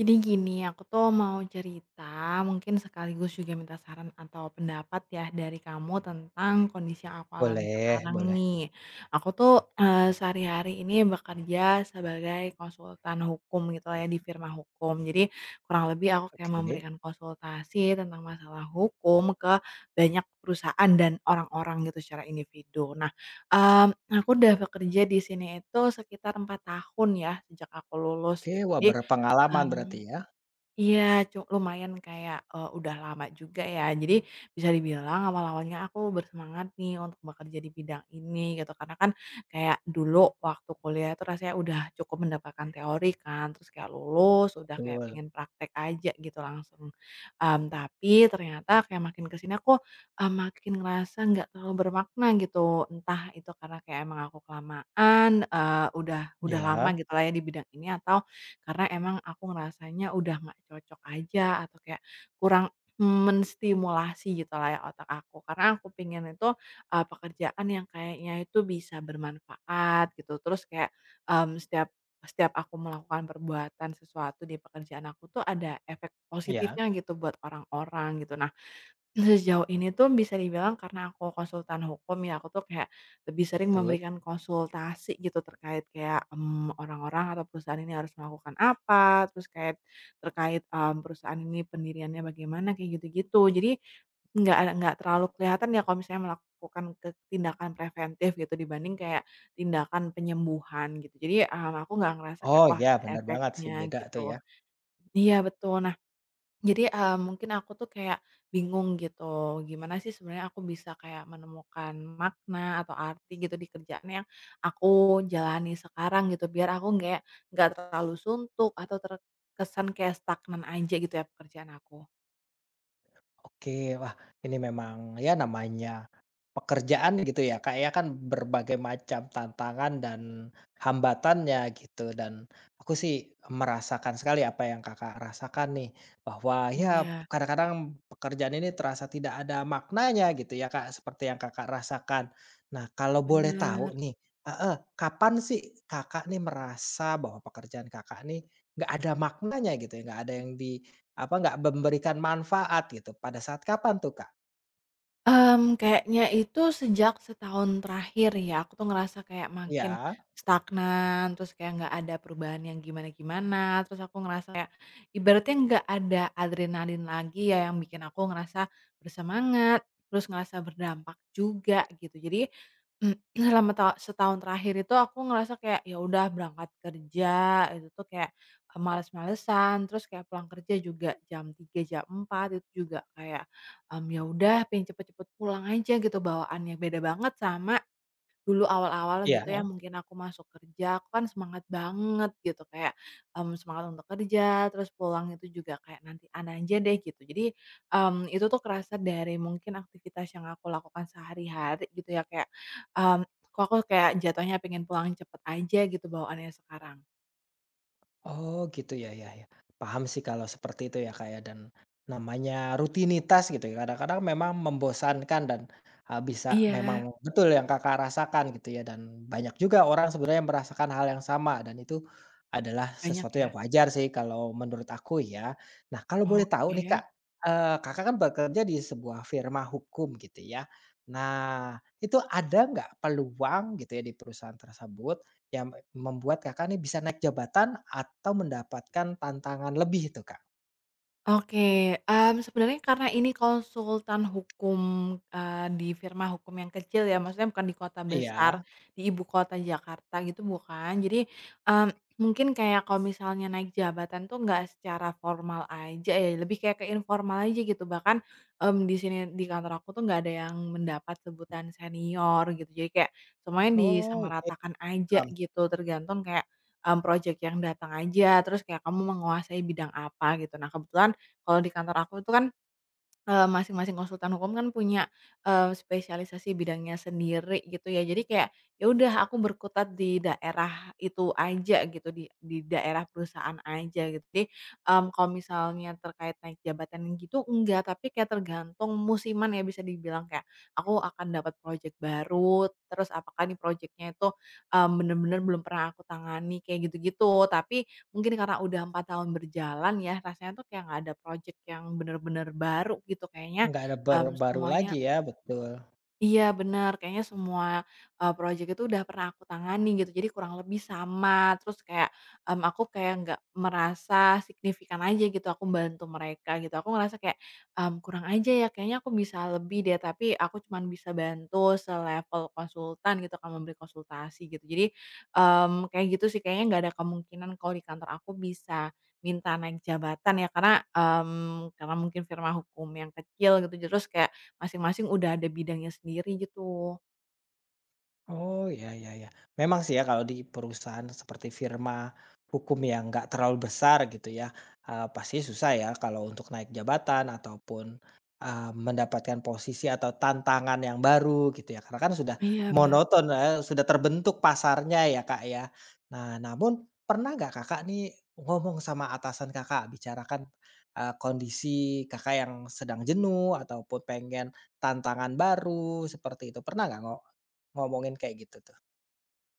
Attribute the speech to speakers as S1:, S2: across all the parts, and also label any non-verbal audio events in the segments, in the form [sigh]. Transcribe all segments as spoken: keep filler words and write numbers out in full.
S1: Jadi gini, aku tuh mau cerita, mungkin sekaligus juga minta saran atau pendapat ya dari kamu tentang kondisi yang aku alami
S2: Boleh
S1: sekarang
S2: boleh.
S1: nih. Aku tuh eh, sehari-hari ini bekerja sebagai konsultan hukum gitu lah ya di firma hukum. Jadi kurang lebih aku kayak
S2: Oke.
S1: memberikan konsultasi tentang masalah hukum ke banyak perusahaan dan orang-orang gitu secara individu. Nah, em, aku udah bekerja di sini itu sekitar empat tahun ya sejak aku lulus
S2: Oke,
S1: gitu.
S2: wah,
S1: Jadi,
S2: berpengalaman berarti
S1: mmm,
S2: ya?
S1: iya, cu lumayan kayak, eee, udah lama juga ya. Jadi bisa dibilang awal-awalnya aku bersemangat nih untuk bekerja di bidang ini gitu, karena kan kayak dulu waktu kuliah itu rasanya udah cukup mendapatkan teori kan, terus kayak lulus udah kayak
S2: Betul.
S1: pengen praktek aja gitu langsung. Mmm, tapi ternyata kayak makin ke sini aku, eee, makin ngerasa nggak terlalu bermakna gitu. Entah itu karena kayak emang aku kelamaan, eee, udah udah lama
S2: Iya
S1: gitu lah ya di bidang ini, atau karena emang aku ngerasanya udah nggak cocok aja, atau kayak kurang menstimulasi gitu lah ya otak aku. Karena aku pingin itu, eee, pekerjaan yang kayaknya itu bisa bermanfaat gitu. Terus kayak, mmm, setiap setiap aku melakukan perbuatan sesuatu di pekerjaan aku tuh ada efek
S2: iya.
S1: positifnya gitu buat orang-orang gitu. Nah, sejauh ini tuh bisa dibilang karena aku konsultan hukum ya, aku tuh kayak lebih sering
S2: Betul.
S1: memberikan konsultasi gitu terkait kayak, mmm, orang-orang atau perusahaan ini harus melakukan apa, terus kayak terkait, mmm, perusahaan ini pendiriannya bagaimana, kayak gitu-gitu. Jadi nggak ada nggak terlalu kelihatan ya kalau misalnya melakukan ke tindakan preventif gitu dibanding kayak tindakan penyembuhan gitu. Jadi, mmm, aku nggak ngerasa kayak,
S2: Oh,
S1: wah,
S2: iya,
S1: ada
S2: bener banget sih,
S1: efeknya
S2: beda tuh
S1: gitu.
S2: ya.
S1: Iya, betul. Nah, jadi, eee, mungkin aku tuh kayak bingung gitu, gimana sih sebenarnya aku bisa kayak menemukan makna atau arti gitu di kerjaan yang aku jalani sekarang gitu, biar aku nggak nggak terlalu suntuk atau terkesan kayak stagnan aja gitu ya pekerjaan aku.
S2: Oke, wah, ini memang ya namanya pekerjaan gitu ya Kak, ya kan berbagai macam tantangan dan hambatannya gitu dan aku sih merasakan sekali apa yang Kakak rasakan nih, bahwa ya
S1: Iya,
S2: kadang-kadang pekerjaan ini terasa tidak ada maknanya gitu ya Kak, seperti yang Kakak rasakan. Nah kalau boleh tahu
S1: bener.
S2: nih, heeh, kapan sih Kakak nih merasa bahwa pekerjaan Kakak nih nggak ada maknanya gitu ya, nggak ada yang di apa, nggak memberikan manfaat gitu, pada saat kapan tuh, Kak?
S1: Mmm, kayaknya itu sejak setahun terakhir ya, aku tuh ngerasa kayak makin
S2: Iya,
S1: stagnan, terus kayak nggak ada perubahan yang gimana-gimana, terus aku ngerasa kayak ibaratnya nggak ada adrenalin lagi ya yang bikin aku ngerasa bersemangat, terus ngerasa berdampak juga gitu. Jadi, Mmm, [clears throat] selama ta setahun terakhir itu aku ngerasa kayak, ya udah berangkat kerja itu tuh kayak, eee, males-malesan, terus kayak pulang kerja juga jam tiga jam empat itu juga kayak, mmm, ya udah pengen cepet-cepet pulang aja gitu bawaannya. Beda banget sama Dulu awal-awal
S2: iya.
S1: gitu ya, mungkin aku masuk kerja, aku kan semangat banget gitu kayak, mmm, semangat untuk kerja, terus pulang itu juga kayak nantian aja deh gitu. Jadi, mmm, itu tuh kerasa dari mungkin aktivitas yang aku lakukan sehari-hari gitu ya kayak, mmm, kok aku kayak jatuhnya pengen pulang cepet aja gitu bawaannya sekarang.
S2: Oh gitu ya ya ya. Paham sih kalau seperti itu ya kayak dan namanya rutinitas gitu ya kadang-kadang memang membosankan dan, eee, bisa memang
S1: Iya.
S2: betul yang Kakak rasakan gitu ya dan banyak juga orang sebenarnya yang merasakan hal yang sama dan itu adalah
S1: Banyak
S2: sesuatu yang
S1: ya?
S2: wajar sih kalau menurut aku ya. Nah kalau boleh tahu nih Kak,
S1: Oke.
S2: eee, Kakak kan bekerja di sebuah firma hukum gitu ya. Nah, itu ada nggak peluang gitu ya di perusahaan tersebut yang membuat Kakak nih bisa naik jabatan atau mendapatkan tantangan lebih itu, Kak?
S1: Oke, mmm, sebenarnya karena ini konsultan hukum, eee, di firma hukum yang kecil ya, maksudnya bukan di kota besar,
S2: Iya.
S1: di ibu kota Jakarta gitu, bukan. Jadi, mmm, mungkin kayak kalau misalnya naik jabatan tuh nggak secara formal aja ya, lebih kayak ke informal aja gitu. Bahkan, mmm, di sini di kantor aku tuh nggak ada yang mendapat sebutan senior gitu. Jadi kayak semuanya
S2: Oh, oke,
S1: disamaratakan aja
S2: paham.
S1: gitu, tergantung kayak, mmm, project yang datang aja, terus kayak kamu menguasai bidang apa gitu. Nah, kebetulan kalau di kantor aku itu kan, eee, masing-masing konsultan hukum kan punya, eee, spesialisasi bidangnya sendiri gitu ya. Jadi kayak, ya udah aku berkutat di daerah itu aja gitu, di di daerah perusahaan aja gitu. Jadi, mmm, kalau misalnya terkait naik jabatan gitu enggak, tapi kayak tergantung musiman ya bisa dibilang kayak, aku akan dapat project baru, terus apakah nih project itu, mmm, bener-bener belum pernah aku tangani kayak gitu-gitu. Tapi Mungkin karena udah empat tahun berjalan ya, rasanya tuh kayak nggak ada project yang bener-bener baru gitu, kayaknya,
S2: Nggak ada bar
S1: mmm,
S2: baru
S1: semuanya.
S2: lagi ya, betul.
S1: Iya, bener, kayaknya semua, eee, project itu udah pernah aku tangani gitu, jadi kurang lebih sama. Terus kayak, mmm, aku kayak nggak merasa signifikan aja gitu aku bantu mereka gitu. Aku ngerasa kayak, mmm, kurang aja ya, kayaknya aku bisa lebih deh, tapi aku cuman bisa bantu selevel konsultan gitu kan, memberi konsultasi gitu. Jadi, mmm, kayak gitu sih, kayaknya nggak ada kemungkinan kalau di kantor aku bisa minta naik jabatan ya, karena, mmm, karena mungkin firma hukum yang kecil gitu, terus kayak Masing-masing udah ada bidangnya sendiri gitu.
S2: Oh, ya ya ya. Memang sih ya kalau di perusahaan seperti firma hukum yang nggak terlalu besar gitu ya, eee, pasti susah ya kalau untuk naik jabatan ataupun, eee, mendapatkan posisi atau tantangan yang baru gitu ya, karena kan sudah
S1: Iya, benar.
S2: monoton, eee, sudah terbentuk pasarnya ya, Kak, ya. Nah, namun pernah nggak Kakak nih ngomong sama atasan Kakak, bicarakan, eee, kondisi Kakak yang sedang jenuh ataupun pengen tantangan baru, seperti itu, pernah nggak ngo ngomongin kayak gitu tuh.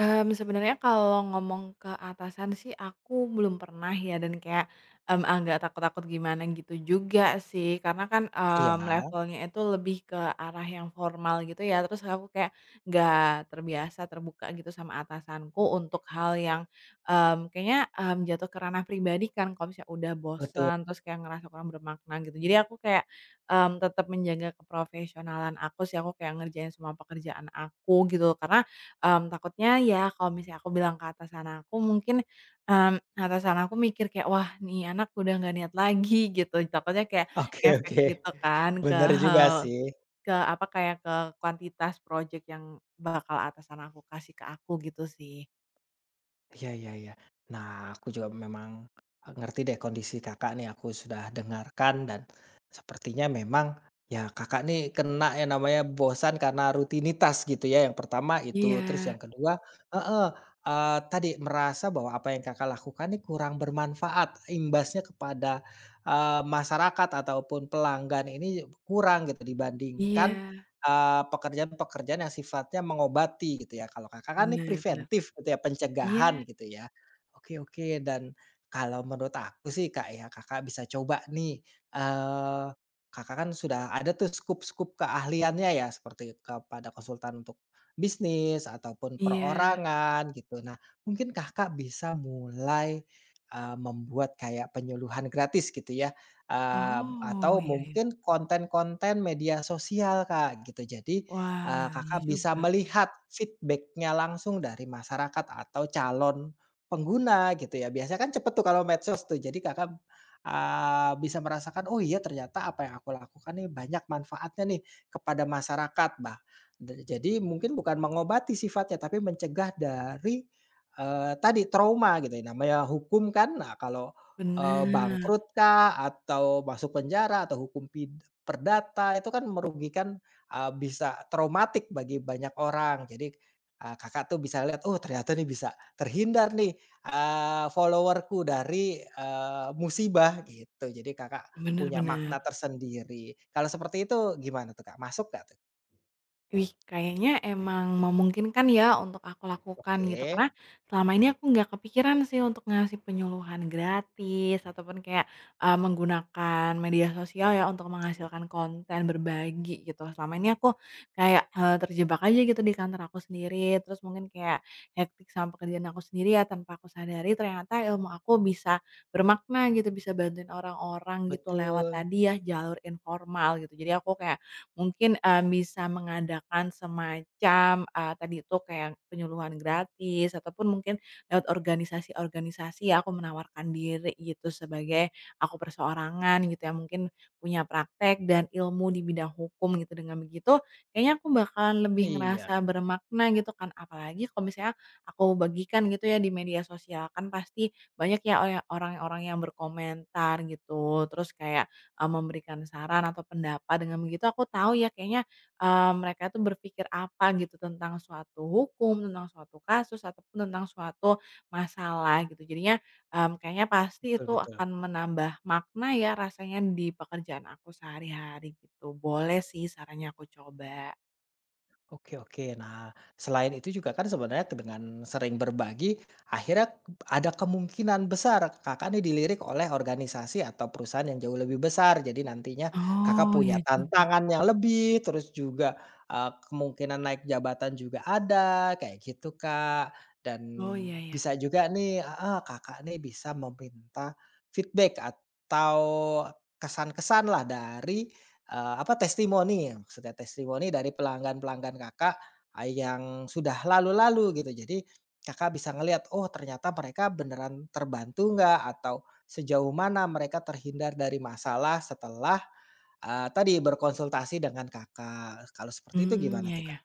S1: Mmm, sebenarnya kalau ngomong ke atasan sih aku belum pernah ya, dan kayak, mmm, agak takut-takut gimana gitu juga sih karena kan, mmm,
S2: Iya,
S1: levelnya itu lebih ke arah yang formal gitu ya, terus aku kayak nggak terbiasa terbuka gitu sama atasanku untuk hal yang, mmm, kayaknya, mmm, jatuh ke ranah pribadi kan kalau misalnya udah
S2: betul.
S1: bosen terus kayak ngerasa kurang bermakna gitu, jadi aku kayak, mmm, tetap menjaga keprofesionalan aku sih, aku kayak ngerjain semua pekerjaan aku gitu, karena, Mmm, takutnya ya kalau misalnya aku bilang ke atasan aku mungkin, mmm, atasan aku mikir kayak, "Wah, nih anak udah nggak niat lagi," [laughs] gitu. Takutnya kayak
S2: Oke [laughs]
S1: ngefek
S2: oke.
S1: gitu kan ke
S2: Bener juga sih.
S1: [laughs] ke apa, kayak ke kuantitas project yang bakal atasan aku kasih ke aku gitu sih.
S2: Iya iya iya. Nah, aku juga memang, e, ngerti deh kondisi Kakak nih, aku sudah dengarkan dan sepertinya memang ya Kakak nih kena yang namanya bosan karena rutinitas gitu ya, yang pertama itu.
S1: Iya,
S2: Terus yang kedua, heeh, eee, tadi merasa bahwa apa yang Kakak lakukan nih kurang bermanfaat, imbasnya kepada, eee, masyarakat ataupun pelanggan ini kurang gitu dibandingkan
S1: iya,
S2: Eee, pekerjaan-pekerjaan yang sifatnya mengobati gitu ya, kalau Kakak kan ini
S1: benar, benar,
S2: preventif gitu ya, pencegahan
S1: iya,
S2: gitu ya. Oke oke, dan kalau menurut aku sih Kak ya, Kakak bisa coba nih, eee, Kakak kan sudah ada tuh skup-skup keahliannya ya, seperti kepada konsultan untuk bisnis ataupun
S1: iya.
S2: perorangan gitu. Nah, mungkin Kakak bisa mulai, eee, membuat kayak penyuluhan gratis gitu ya, eee,
S1: Oh,
S2: atau
S1: iya, iya.
S2: mungkin konten-konten media sosial, Kak, gitu. Jadi, eee,
S1: Wah, iya
S2: Kakak bisa
S1: juga.
S2: melihat feedbacknya langsung dari masyarakat atau calon pengguna gitu ya. Biasanya kan cepet tuh kalau medsos tuh. Jadi Kakak, eee, bisa merasakan, "Oh iya ternyata apa yang aku lakukan nih banyak manfaatnya nih kepada masyarakat." Bah da Jadi mungkin bukan mengobati sifatnya, tapi mencegah dari, eee, tadi trauma gitu ya. Namanya hukum kan, nah kalau Eee,
S1: Benar,
S2: bangkrut kah, atau masuk penjara, atau hukum pid perdata, itu kan merugikan, eee, bisa traumatik bagi banyak orang. Jadi, eee, Kakak tuh bisa lihat, "Oh ternyata nih bisa terhindar nih, eee, follower-ku dari, eee, musibah," gitu. Jadi Kakak
S1: benar,
S2: punya makna
S1: benar.
S2: tersendiri. Kalau seperti itu gimana tuh Kak, masuk nggak tuh?
S1: Wih, kayaknya emang memungkinkan ya untuk aku lakukan gitu, karena
S2: Oke,
S1: selama ini aku nggak kepikiran sih untuk ngasih penyuluhan gratis ataupun kayak, eee, menggunakan media sosial ya untuk menghasilkan konten berbagi gitu. Selama ini aku kayak, eee, terjebak aja gitu di kantor aku sendiri, terus mungkin kayak hektik sama pekerjaan aku sendiri ya tanpa aku sadari ternyata ilmu aku bisa bermakna gitu, bisa bantuin orang-orang gitu lewat
S2: betul.
S1: tadi ya jalur informal gitu. Jadi aku kayak Mungkin, eee, bisa mengadakan semacam, eee, tadi itu kayak penyuluhan gratis ataupun mungkin lewat organisasi-organisasi ya, aku menawarkan diri gitu sebagai aku perseorangan gitu yang mungkin punya praktek dan ilmu di bidang hukum gitu. Dengan begitu kayaknya aku bakalan lebih
S2: Iya,
S1: ngerasa bermakna gitu kan, apalagi kalau misalnya aku bagikan gitu ya di media sosial, kan pasti banyak ya oya orang-orang yang berkomentar gitu, terus kayak eee, memberikan saran atau pendapat, dengan begitu aku tahu ya kayaknya, eee, mereka itu berpikir apa gitu tentang suatu hukum, tentang suatu kasus, ataupun tentang suatu masalah gitu. Jadinya, mmm, kayaknya pasti
S2: betul
S1: itu
S2: betul.
S1: akan menambah makna ya rasanya di pekerjaan aku sehari-hari gitu. Boleh sih sarannya, aku coba.
S2: Oke oke. Nah, selain itu juga kan sebenarnya dengan sering berbagi, akhirnya ada kemungkinan besar Kakak nih dilirik oleh organisasi atau perusahaan yang jauh lebih besar. Jadi nantinya Kakak
S1: Oh, ya
S2: punya
S1: juga.
S2: tantangan yang lebih, terus juga, eee, kemungkinan naik jabatan juga ada, kayak gitu, Kak. Dan
S1: Oh, iya ya.
S2: bisa juga nih, heeh, Kakak nih bisa meminta feedback atau kesan-kesan lah dari Eee, apa, testimoni ya maksudnya, testimoni dari pelanggan-pelanggan Kakak, eee, yang sudah lalu-lalu gitu. Jadi Kakak bisa ngelihat, oh ternyata mereka beneran terbantu nggak atau sejauh mana mereka terhindar dari masalah setelah, eee, tadi berkonsultasi dengan Kakak. Kalau seperti itu
S1: Hmm,
S2: gimana
S1: ya,
S2: tuh, Kak?
S1: ya.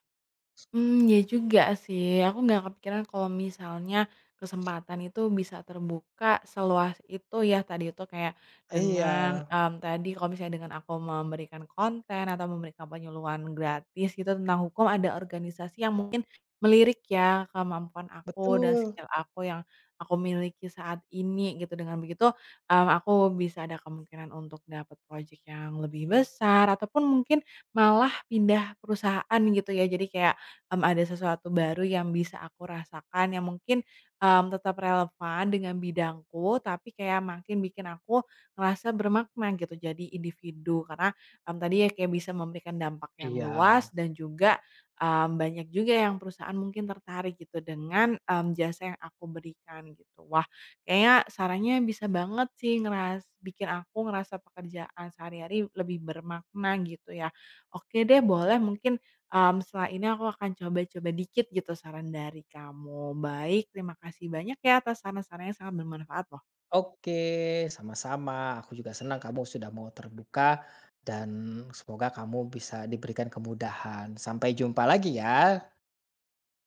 S1: Hmm, ya juga sih, aku nggak kepikiran kalau misalnya kesempatan itu bisa terbuka seluas itu ya, tadi itu kayak
S2: Iya,
S1: dengan, mmm, tadi kalau misalnya dengan aku memberikan konten atau memberikan penyuluhan gratis gitu tentang hukum, ada organisasi yang mungkin melirik ya kemampuan aku dan
S2: betul.
S1: skill aku yang aku miliki saat ini gitu. Dengan begitu, mmm, aku bisa ada kemungkinan untuk dapat project yang lebih besar ataupun mungkin malah pindah perusahaan gitu ya. Jadi kayak mmm, ada sesuatu baru yang bisa aku rasakan yang mungkin, mmm, tetap relevan dengan bidangku, tapi kayak makin bikin aku ngerasa bermakna gitu jadi individu. Karena, mmm, tadi ya kayak bisa memberikan dampak yang
S2: Iya.
S1: luas, dan juga, mmm, banyak juga yang perusahaan mungkin tertarik gitu dengan, mmm, jasa yang aku berikan gitu. Wah, kayaknya sarannya bisa banget sih ngeras bikin aku ngerasa pekerjaan sehari-hari lebih bermakna gitu ya. Oke deh, boleh, mungkin, mmm, setelah ini aku akan coba-coba dikit gitu saran dari kamu. Baik, terima kasih banyak ya atas saran-sarannya, sangat bermanfaat loh.
S2: Oke, sama-sama. Aku juga senang kamu sudah mau terbuka dan semoga kamu bisa diberikan kemudahan. Sampai jumpa lagi ya.